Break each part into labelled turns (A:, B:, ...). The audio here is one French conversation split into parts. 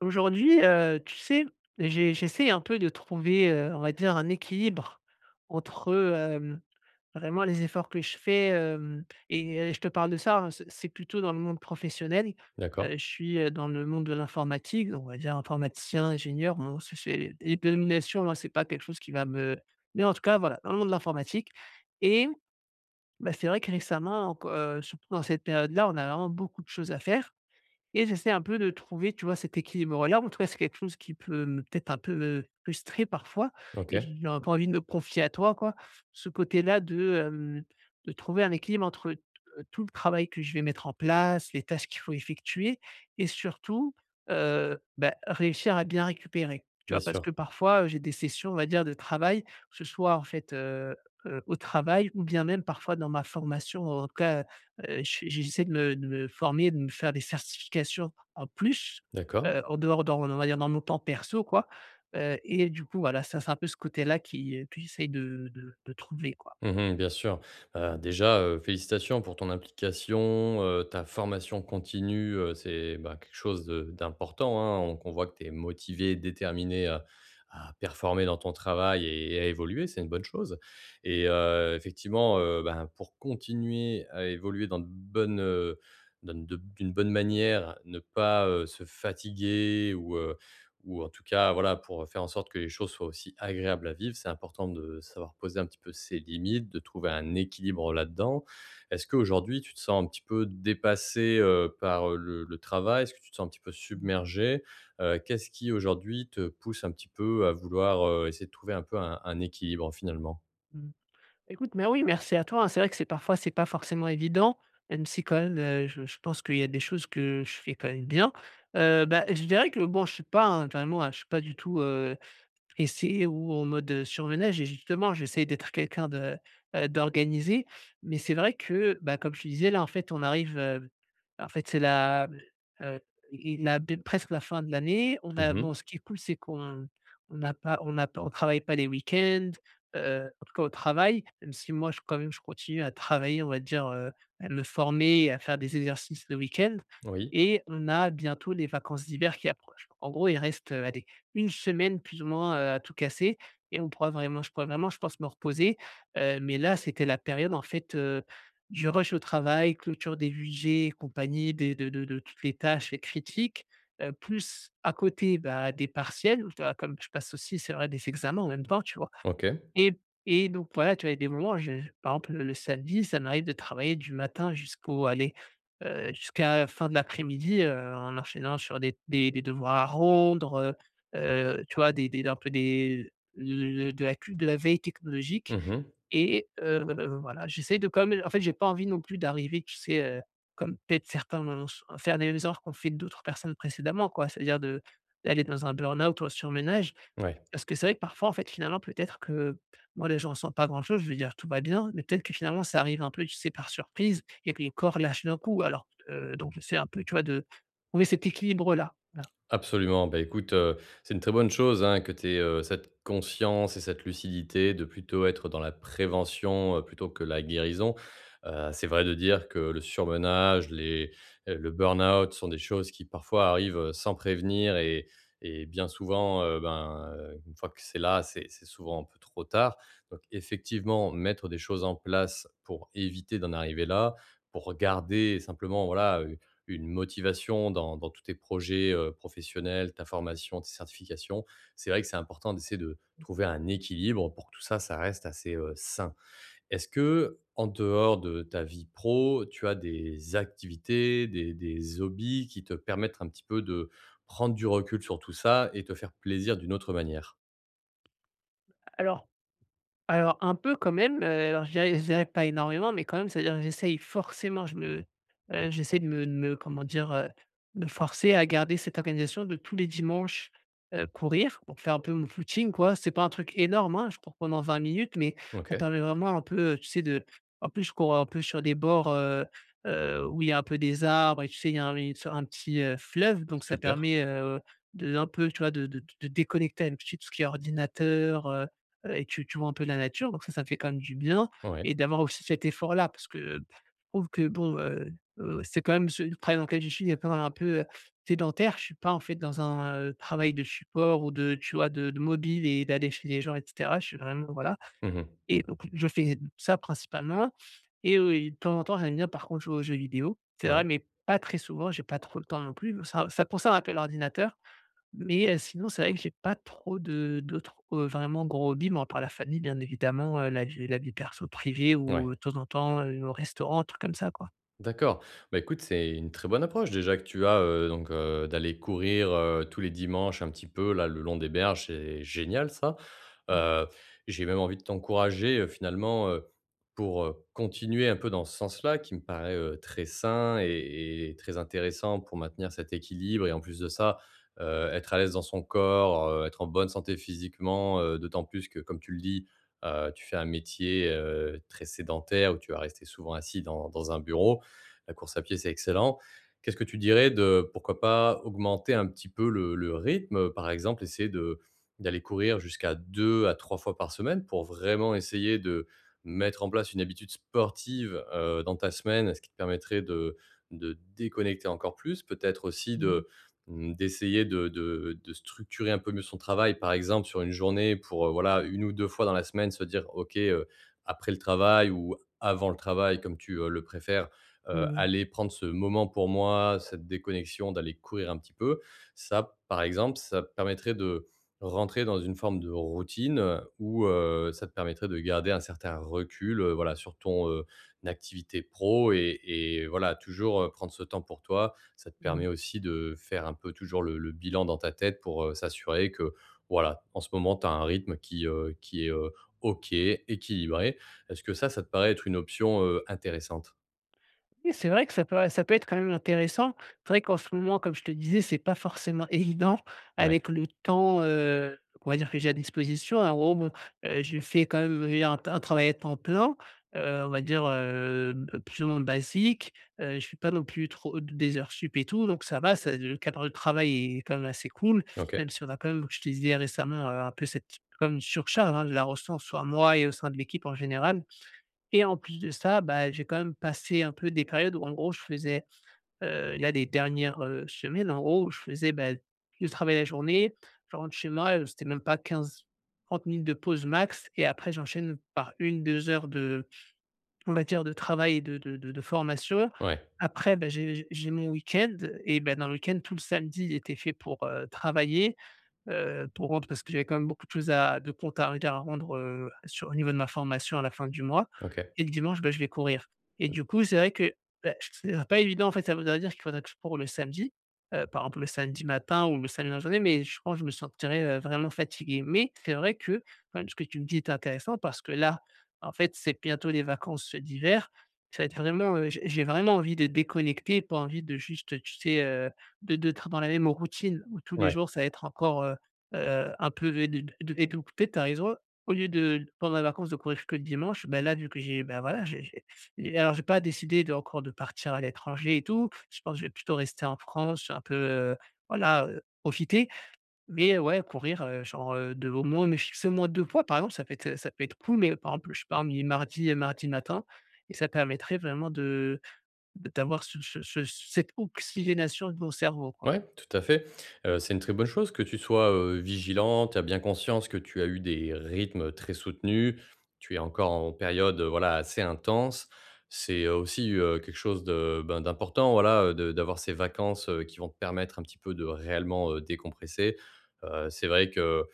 A: Aujourd'hui, tu sais, j'essaie un peu de trouver, on va dire un équilibre entre, vraiment les efforts que je fais, hem et je te parle de ça, hein, c'est plutôt dans le monde professionnel.
B: D'accord.
A: Je suis, dans le monde de l'informatique, donc on va dire informaticien, ingénieur, bon c'est les dénominations, hein, c'est pas quelque chose qui va me mais en tout cas, voilà, dans le monde de l'informatique et bah, c'est vrai que récemment, enc surtout dans cette période-là, on a vraiment beaucoup de choses à faire et j'essaie un peu de trouver, tu vois, cet équilibre-là. En tout cas, c'est quelque chose qui peut me peut-être un peu me frustrer parfois
B: OK,
A: et j'ai un peu envie de me confier à toi, quoi. Ce côté-là de, de trouver un équilibre entre, tout le travail que je vais mettre en place, les tâches qu'il faut effectuer et surtout, bah, réussir à bien récupérer. Tu
B: bien
A: vois? Parce
B: sûr.
A: que parfois, j'ai des sessions, on va dire, de travail, que ce soit en fait, au travail ou bien même parfois dans ma formation, en tout cas. Je j'essaie de me former, de me faire des certifications en plus,
B: D'accord.
A: en dehors dans on va dire dans mon temps perso quoi, et du coup voilà, ça c'est un peu ce côté-là qui, que j'essaie de trouver quoi.
B: Mmh, bien sûr. Bah, déjà, félicitations pour ton implication, ta formation continue, c'est, bah, quelque chose de d'important, hein. On qu'on voit que tu es motivée, déterminée à performer dans ton travail et à évoluer, c'est une bonne chose et effectivement, ben, pour continuer à évoluer dans de bonnes, dans de d'une bonne manière, ne pas, se fatiguer ou en tout cas, voilà, pour faire en sorte que les choses soient aussi agréables à vivre, c'est important de savoir poser un petit peu ses limites, de trouver un équilibre là-dedans. Est-ce qu'aujourd'hui, tu te sens un petit peu dépassé par, le travail? Est-ce que tu te sens un petit peu
A: Mmh
B: submergé? Qu'est-ce qui aujourd'hui te pousse un petit peu à vouloir, essayer de trouver un peu un équilibre finalement?
A: mmh. Écoute, mais oui, merci à toi, hein. C'est vrai que c'est parfois, c'est pas forcément évident, même si quand même, je pense qu'il y a des choses que je fais quand même bien. Bah, je dirais que bon, je suis pas un vraiment, je suis pas du tout, et c'est où en mode, surmenage et justement j'essaie d'être quelqu'un de, d'organisé. Mais c'est vrai que, bah, comme je te disais là, en fait, on arrive, en fait, c'est la, heu, i la presque la fin de l'année. On a bon,
B: Mmh.
A: ce qui est cool, c'est qu'on on n'a pas on n'a pas on travaille pas les week-ends, en tout cas au travail, même si moi je quand même je continue à travailler, on va dire, à me former et à faire des exercices le week-end
B: Oui.
A: et on a bientôt les vacances d'hiver qui approchent. En gros, il reste, allez une semaine plus ou moins, à tout casser et on pourra vraiment je pourrais vraiment, je pense, me reposer, mais là, c'était la période, en fait, du rush au travail, clôture des budgets et compagnie, des de toutes les tâches et critiques, plus à côté, bah, des partiels, tu Comme je passe aussi, c'est vrai, des examens en même temps, tu vois?
B: OK.
A: Et et donc voilà, tu as des moments, je par exemple, le samedi, ça m'arrive de travailler du matin jusqu'à la fin de l'après-midi, en enchaînant sur des devoirs à rendre, tu vois, des un peu des le de la cu de la veille technologique
B: Mmh.
A: et voilà, j'essaie de quand même en fait, j'ai pas envie non plus d'arriver, tu sais, comme peut-être certains l'ont s faire les erreurs qu'ont fait d'autres personnes précédemment, quoi. C'est-à-dire de d'aller dans un burn-out ou un surmenage
B: Ouais.
A: parce que c'est vrai que parfois, en fait, finalement, peut-être que moi, les gens ne ressentent pas grand-chose, je veux dire: «Tout va bien», mais peut-être que finalement, ça arrive un peu, tu sais, par surprise et que le corps lâche d'un coup alors, donc c'est un peu, tu vois, de trouver cet équilibre-là. Voilà.
B: Absolument. Bah, écoute, c'est une très bonne chose, hein, que tu aies cette conscience et cette lucidité de plutôt être dans la prévention, plutôt que la guérison. C'est vrai de dire que le surmenage, les le burn-out sont des choses qui parfois arrivent, sans prévenir et bien souvent, ben, une fois que c'est là, c'est souvent un peu trop tard. Donc effectivement, mettre des choses en place pour éviter d'en arriver là, pour garder simplement, voilà, une motivation dans tous tes projets, professionnels, ta formation, tes certifications. C'est vrai que c'est important d'essayer de trouver un équilibre pour que tout ça, ça reste assez, sain. Est-ce que en dehors de ta vie pro, tu as des activités, des hobbies qui te permettent un petit peu de prendre du recul sur tout ça et te faire plaisir d'une autre manière?
A: Alors. Un peu quand même, alors je dirais pas énormément, mais quand même, c'est-à-dire j'essaye forcément, j'essaie de me comment dire, me forcer à garder cette organisation de tous les dimanches, courir pour faire un peu mon footing quoi. C'est pas un truc énorme, hein, je cours pendant 20 minutes, mais ça
B: OK,
A: permet vraiment un peu, tu sais de en plus je cours un peu sur des bords, où il y a un peu des arbres et tu sais il y a un une un petit, fleuve donc ça
B: super,
A: permet, de un peu tu vois de déconnecter un petit tout ce qui est ordinateur, et tu vois un peu la nature, donc ça fait quand même du bien
B: ouais.
A: et d'avoir aussi cet effort-là parce que, je trouve que bon, c'est quand même ce le travail dans lequel je suis il est quand même un peu, sédentaire. Je suis pas en fait dans un, travail de support ou de tu vois, de mobile et d'aller chez les gens et cetera. Je suis vraiment voilà
B: Mmh.
A: et donc je fais ça principalement et de temps en temps, j'aime bien par contre jouer aux jeux vidéo. C'est
B: Ouais,
A: vrai, mais pas très souvent, j'ai pas trop le temps non plus. Ça pour ça un peu l'ordinateur mais sinon, c'est vrai que j'ai pas trop de d'autres, vraiment gros hobbies, mis à part la famille, bien évidemment, la vie perso privée ou
B: ouais.
A: de temps en temps, au restaurant, un truc comme ça, quoi.
B: D'accord. Bah, écoute, c'est une très bonne approche déjà que tu as donc d'aller courir, tous les dimanches un petit peu là, le long des berges, c'est génial ça.
A: Mmh.
B: Heu, j'ai même envie de t'encourager, finalement, pour, continuer un peu dans ce sens-là qui me paraît, très sain et très intéressant pour maintenir cet équilibre et en plus de ça, être à l'aise dans son corps, être en bonne santé physiquement, d'autant plus que comme tu le dis, tu fais un métier, très sédentaire où tu vas rester souvent assis dans un bureau. La course à pied, c'est excellent. Qu'est-ce que tu dirais de, pourquoi pas, augmenter un petit peu le rythme, par exemple, essayer de d'aller courir jusqu'à 2 à 3 fois par semaine pour vraiment essayer de mettre en place une habitude sportive, dans ta semaine, ce qui te permettrait de déconnecter encore plus, peut-être aussi
A: Mmh.
B: de, mmh, d'essayer de structurer un peu mieux son travail, par exemple, sur une journée pour, voilà, une ou 2 fois dans la semaine, se dire : « OK, après le travail ou avant le travail », comme tu, le préfères,
A: Mmh mh.
B: aller prendre ce moment pour moi, cette déconnexion, d'aller courir un petit peu. Ça, par exemple, ça permettrait de rentrer dans une forme de routine, où, ça te permettrait de garder un certain recul, voilà, sur ton, activité pro et voilà, toujours, prendre ce temps pour toi. Ça te permet
A: Mmh.
B: aussi de faire un peu toujours le bilan dans ta tête pour, s'assurer que, voilà, en ce moment, tu as un rythme qui est, OK, équilibré. Est-ce que ça te paraît être une option, intéressante?
A: Oui, c'est vrai que ça peut être quand même intéressant. C'est vrai qu'en ce moment, comme je te disais, c'est pas forcément évident avec le temps, on va dire que j'ai à disposition. En gros, bon, je fais quand même, un travail à temps plein, on va dire, plus ou moins basique. Je suis pas non plus trop des heures sup et tout, donc ça va, ça le cadre de travail est quand même assez cool,
B: OK.
A: même si on a quand même, comme je te disais récemment, un peu cette comme surcharge, hein, je la ressource, soit moi et au sein de l'équipe en général. Et en plus de ça, bah, j'ai quand même passé un peu des périodes où en gros je faisais, là les dernières, semaines en gros, je faisais, bah, je travaille la journée, je rentre chez moi, c'était même pas 15 30 minutes de pause max et après j'enchaîne par une 2 heures de, on va dire de travail et de formation.
B: Ouais.
A: Après, bah, j'ai mon week-end et ben dans le week-end tout le samedi il était fait pour, travailler pour rendre parce que j'avais quand même beaucoup de choses à rendre, sur au niveau de ma formation à la fin du mois
B: OK.
A: et le dimanche, bah, je vais courir et du coup, c'est vrai que, bah, c'est pas évident en fait, ça voudrait dire qu'il faudrait que je cours le samedi, par exemple le samedi matin ou le samedi dans la journée, mais je pense que je me sentirais, vraiment fatigué, mais c'est vrai que quand même ce que tu me dis est intéressant parce que là, en fait, c'est bientôt les vacances d'hiver. Ça va être vraiment, j'ai vraiment envie de déconnecter, pas envie de juste, tu sais, être dans la même routine où tous les
B: Ouais.
A: jours ça va être encore, un peu de découper, tu raison. Au lieu de pendant les vacances de courir que le dimanche, ben là, vu que j'ai ben voilà, j'ai et alors j'ai pas décidé de encore de partir à l'étranger et tout. Je pense que je vais plutôt rester en France, un peu, voilà, profiter. Mais ouais, courir, genre, de au moins me fixer au moins 2 fois par exemple, ça peut être cool. Mais par exemple, je pars mardi matin et ça permettrait vraiment de d'avoir ce ce ce cette oxygénation de mon cerveau, quoi.
B: Ouais, tout à fait. C'est une très bonne chose que tu sois, vigilant. Tu as bien conscience que tu as eu des rythmes très soutenus. Tu es encore en période, voilà, assez intense. C'est, aussi, quelque chose de, ben, d'important, voilà, de d'avoir ces vacances, qui vont te permettre un petit peu de réellement, décompresser. C'est vrai que,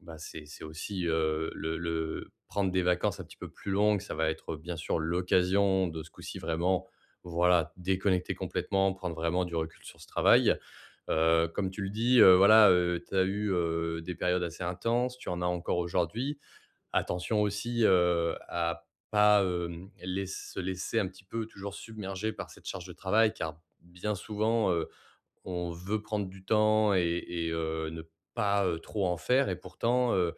B: bah, c'est aussi, le prendre des vacances un petit peu plus longues, ça va être, bien sûr, l'occasion de ce coup-ci vraiment, voilà, déconnecter complètement, prendre vraiment du recul sur ce travail. Comme tu le dis, voilà, tu as eu, des périodes assez intenses, tu en as encore aujourd'hui. Attention aussi, à pas, laisse se laisser un petit peu toujours submerger par cette charge de travail car bien souvent, on veut prendre du temps et ne pas, trop en faire et pourtant,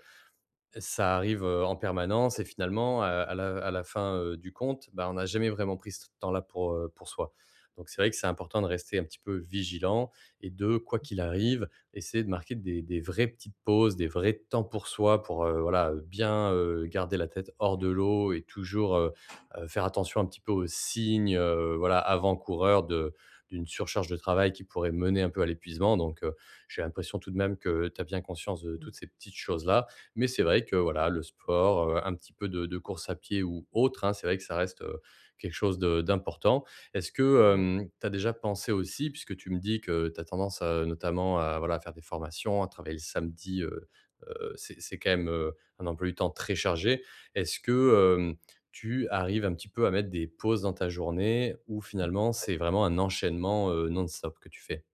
B: ça arrive, en permanence et finalement, à la fin, du compte, bah, on n'a jamais vraiment pris ce temps-là pour soi. Donc c'est vrai que c'est important de rester un petit peu vigilant et de, quoi qu'il arrive, essayer de marquer des vraies petites pauses, des vrais temps pour soi pour, voilà, bien, garder la tête hors de l'eau et toujours, faire attention un petit peu aux signes, voilà, avant-coureurs de d'une surcharge de travail qui pourrait mener un peu à l'épuisement. Donc j'ai l'impression tout de même que tu as bien conscience de toutes
A: Mmh
B: ces petites choses-là mais c'est vrai que voilà, le sport, un petit peu de course à pied ou autre, hein, c'est vrai que ça reste, quelque chose de d'important. Est-ce que, tu as déjà pensé aussi, puisque tu me dis que tu as tendance à notamment à voilà, faire des formations, à travailler le samedi, c'est quand même, un emploi du temps très chargé. Est-ce que, hem, tu arrives un petit peu à mettre des pauses dans ta journée ou finalement c'est vraiment un enchaînement, non-stop que tu fais?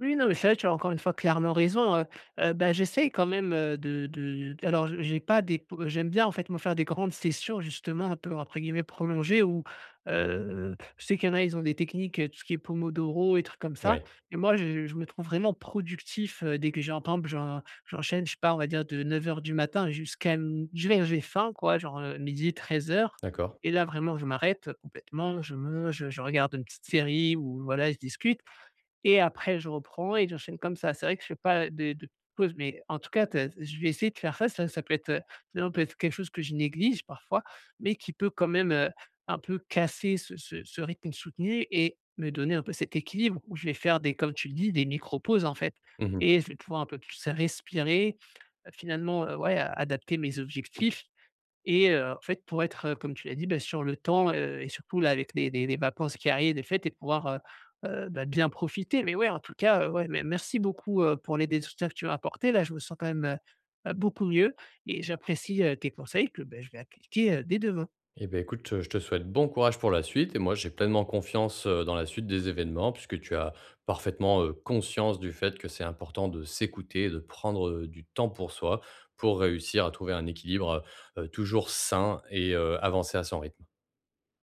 A: Oui, non, mais c'est vrai, tu as encore une fois clairement raison, bah, j'essaie quand même, de alors je j'ai pas des p j'aime bien en fait me faire des grandes sessions justement un peu entre guillemets «prolongées» où, je sais qu'il y en a, ils ont des techniques, tout ce qui est pomodoro et trucs comme ça
B: Oui,
A: et moi je me trouve vraiment productif, dès que j'ai un par exemple, j'enchaîne, je sais pas, on va dire de 9 heures du matin jusqu'à m je vais j'ai faim quoi, genre, midi 13 heures.
B: d'accord.
A: Et là vraiment je m'arrête complètement, je mange, je regarde une petite série ou voilà, je discute et après je reprends et j'enchaîne comme ça. C'est vrai que je fais pas de pause, mais en tout cas, tu je vais essayer de faire ça. Ça peut être quelque chose que je néglige parfois, mais qui peut quand même, un peu casser ce rythme soutenu et me donner un peu cet équilibre où je vais faire des comme tu le dis, des micro-pauses, en fait
B: Mmh.
A: et je vais pouvoir un peu plus respirer, finalement, ouais, adapter mes objectifs et en fait, pour être, comme tu l'as dit, bah, sur le temps, et surtout là avec les vacances qui arrivent, les fêtes et de pouvoir, bah, bien profiter. Mais ouais, en tout cas, ouais, mais merci beaucoup, pour les détails que tu m'as apportés. Là, je me sens quand même, beaucoup mieux et j'apprécie, tes conseils que, beh, je vais appliquer, dès demain.
B: Eh beh, écoute, je te souhaite bon courage pour la suite et moi, j'ai pleinement confiance, dans la suite des événements puisque tu as parfaitement, conscience du fait que c'est important de s'écouter et de prendre, du temps pour soi, pour réussir à trouver un équilibre, toujours sain et avancer à son rythme.